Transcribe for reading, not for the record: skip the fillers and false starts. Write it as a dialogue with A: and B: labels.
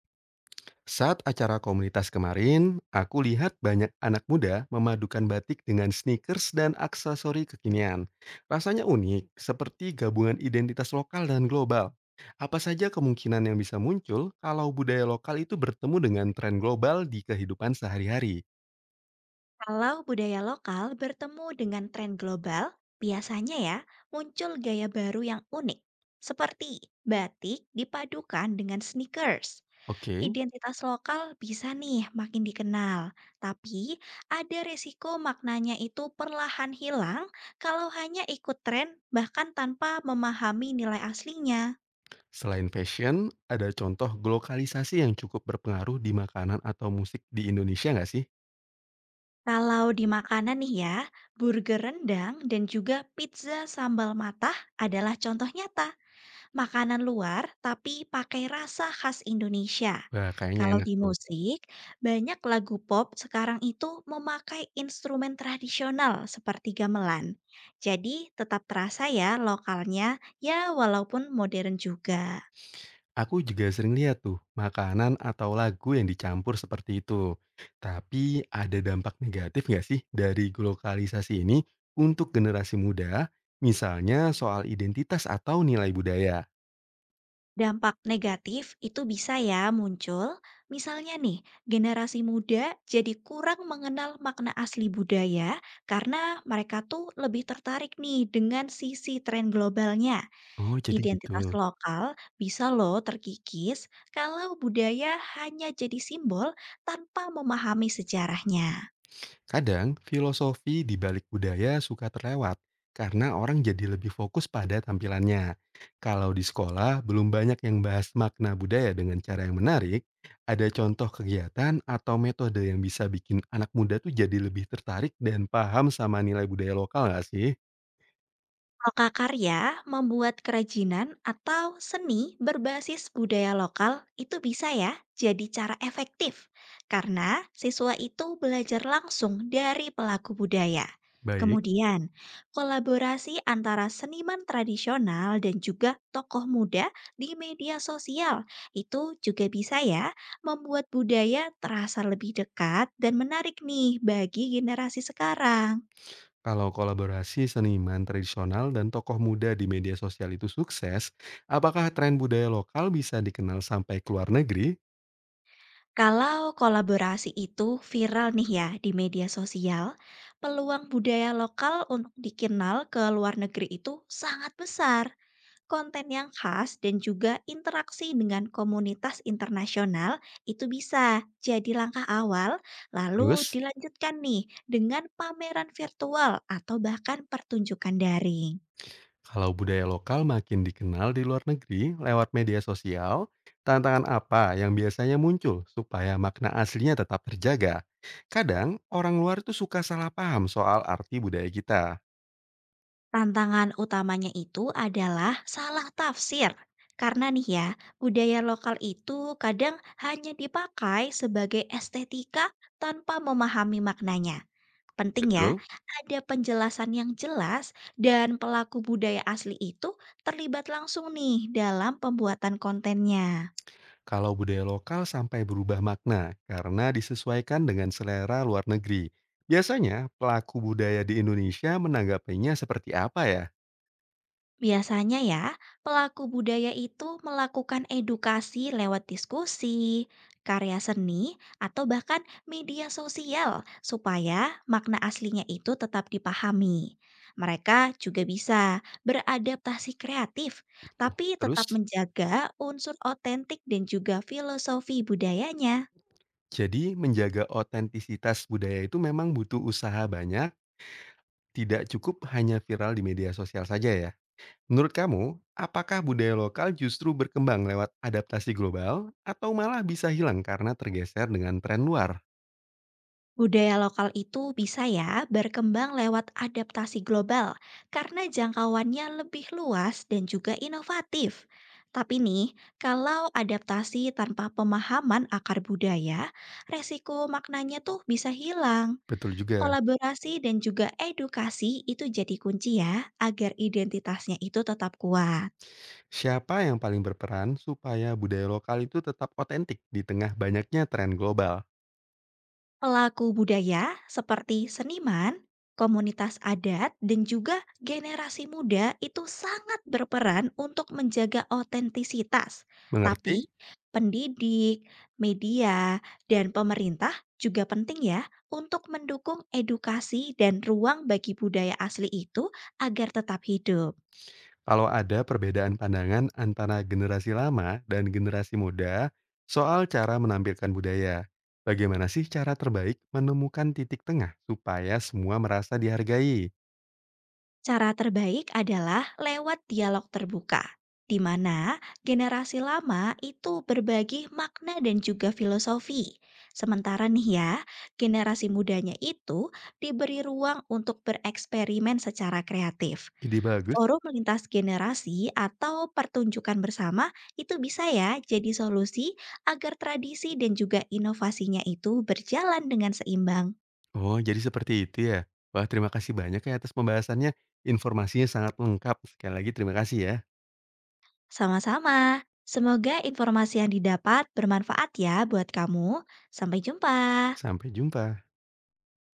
A: Saat acara komunitas kemarin, aku lihat banyak anak muda memadukan batik dengan sneakers dan aksesori kekinian. Rasanya unik, seperti gabungan identitas lokal dan global. Apa saja kemungkinan yang bisa muncul kalau budaya lokal itu bertemu dengan tren global di kehidupan sehari-hari?
B: Kalau budaya lokal bertemu dengan tren global, biasanya ya muncul gaya baru yang unik, seperti batik dipadukan dengan sneakers.
A: Oke,
B: Identitas lokal bisa nih makin dikenal, tapi ada resiko maknanya itu perlahan hilang kalau hanya ikut tren bahkan tanpa memahami nilai aslinya.
A: selain fashion, ada contoh globalisasi yang cukup berpengaruh di makanan atau musik di Indonesia nggak sih?
B: Kalau di makanan nih ya, burger rendang dan juga pizza sambal matah adalah contoh nyata makanan luar tapi pakai rasa khas Indonesia.
A: Wah, kayaknya
B: Kalau
A: enak
B: di
A: tuh.
B: musik, banyak lagu pop sekarang itu memakai instrumen tradisional seperti gamelan. Jadi tetap terasa ya lokalnya, ya walaupun modern juga.
A: Aku juga sering lihat tuh, makanan atau lagu yang dicampur seperti itu. Tapi ada dampak negatif nggak sih dari globalisasi ini untuk generasi muda, misalnya soal identitas atau nilai budaya?
B: Dampak negatif itu bisa ya muncul, misalnya nih, generasi muda jadi kurang mengenal makna asli budaya karena mereka tuh lebih tertarik nih dengan sisi tren globalnya.
A: Oh, jadi gitu.
B: Identitas lokal bisa loh terkikis kalau budaya hanya jadi simbol tanpa memahami sejarahnya.
A: Kadang, filosofi di balik budaya suka terlewat karena orang jadi lebih fokus pada tampilannya. Kalau di sekolah, belum banyak yang bahas makna budaya dengan cara yang menarik, ada contoh kegiatan atau metode yang bisa bikin anak muda tuh jadi lebih tertarik dan paham sama nilai budaya lokal nggak sih?
B: Lokakarya membuat kerajinan atau seni berbasis budaya lokal itu bisa ya jadi cara efektif karena siswa itu belajar langsung dari pelaku budaya.
A: Baik.
B: Kemudian, kolaborasi antara seniman tradisional dan juga tokoh muda di media sosial itu juga bisa ya membuat budaya terasa lebih dekat dan menarik nih bagi generasi sekarang.
A: Kalau kolaborasi seniman tradisional dan tokoh muda di media sosial itu sukses, apakah tren budaya lokal bisa dikenal sampai ke luar negeri?
B: Kalau kolaborasi itu viral nih ya di media sosial, peluang budaya lokal untuk dikenal ke luar negeri itu sangat besar. Konten yang khas dan juga interaksi dengan komunitas internasional itu bisa jadi langkah awal, lalu
A: Terus,
B: dilanjutkan nih dengan pameran virtual atau bahkan pertunjukan daring.
A: kalau budaya lokal makin dikenal di luar negeri lewat media sosial, tantangan apa yang biasanya muncul supaya makna aslinya tetap terjaga? Kadang orang luar itu suka salah paham soal arti budaya kita.
B: Tantangan utamanya itu adalah salah tafsir. Karena nih ya, budaya lokal itu kadang hanya dipakai sebagai estetika tanpa memahami maknanya. Penting ya,
A: Betul.
B: ada penjelasan yang jelas dan pelaku budaya asli itu terlibat langsung nih dalam pembuatan kontennya.
A: Kalau budaya lokal sampai berubah makna karena disesuaikan dengan selera luar negeri, biasanya pelaku budaya di Indonesia menanggapinya seperti apa ya?
B: Biasanya ya, pelaku budaya itu melakukan edukasi lewat diskusi, karya seni, atau bahkan media sosial supaya makna aslinya itu tetap dipahami. Mereka juga bisa beradaptasi kreatif, tapi
A: Terus,
B: tetap menjaga unsur otentik dan juga filosofi budayanya.
A: jadi menjaga otentisitas budaya itu memang butuh usaha banyak. Tidak cukup hanya viral di media sosial saja ya. Menurut kamu, apakah budaya lokal justru berkembang lewat adaptasi global atau malah bisa hilang karena tergeser dengan tren luar?
B: Budaya lokal itu bisa ya berkembang lewat adaptasi global karena jangkauannya lebih luas dan juga inovatif. Tapi nih, kalau adaptasi tanpa pemahaman akar budaya, resiko maknanya tuh bisa hilang.
A: Betul juga.
B: Kolaborasi dan juga edukasi itu jadi kunci ya agar identitasnya itu tetap kuat.
A: Siapa yang paling berperan supaya budaya lokal itu tetap otentik di tengah banyaknya tren global?
B: Pelaku budaya seperti seniman, komunitas adat, dan juga generasi muda itu sangat berperan untuk menjaga otentisitas. Tapi
A: Mengerti?
B: pendidik, media, dan pemerintah juga penting ya untuk mendukung edukasi dan ruang bagi budaya asli itu agar tetap hidup.
A: Kalau ada perbedaan pandangan antara generasi lama dan generasi muda soal cara menampilkan budaya, bagaimana sih cara terbaik menemukan titik tengah supaya semua merasa dihargai?
B: Cara terbaik adalah lewat dialog terbuka, di mana generasi lama itu berbagi makna dan juga filosofi. Sementara nih ya, generasi mudanya itu diberi ruang untuk bereksperimen secara kreatif.
A: Ide bagus.
B: Forum lintas generasi atau pertunjukan bersama itu bisa ya jadi solusi agar tradisi dan juga inovasinya itu berjalan dengan seimbang.
A: Oh, jadi seperti itu ya. Wah, terima kasih banyak ya atas pembahasannya. Informasinya sangat lengkap. Sekali lagi terima kasih ya.
B: Sama-sama. Semoga informasi yang didapat bermanfaat ya buat kamu. Sampai jumpa.
A: Sampai jumpa.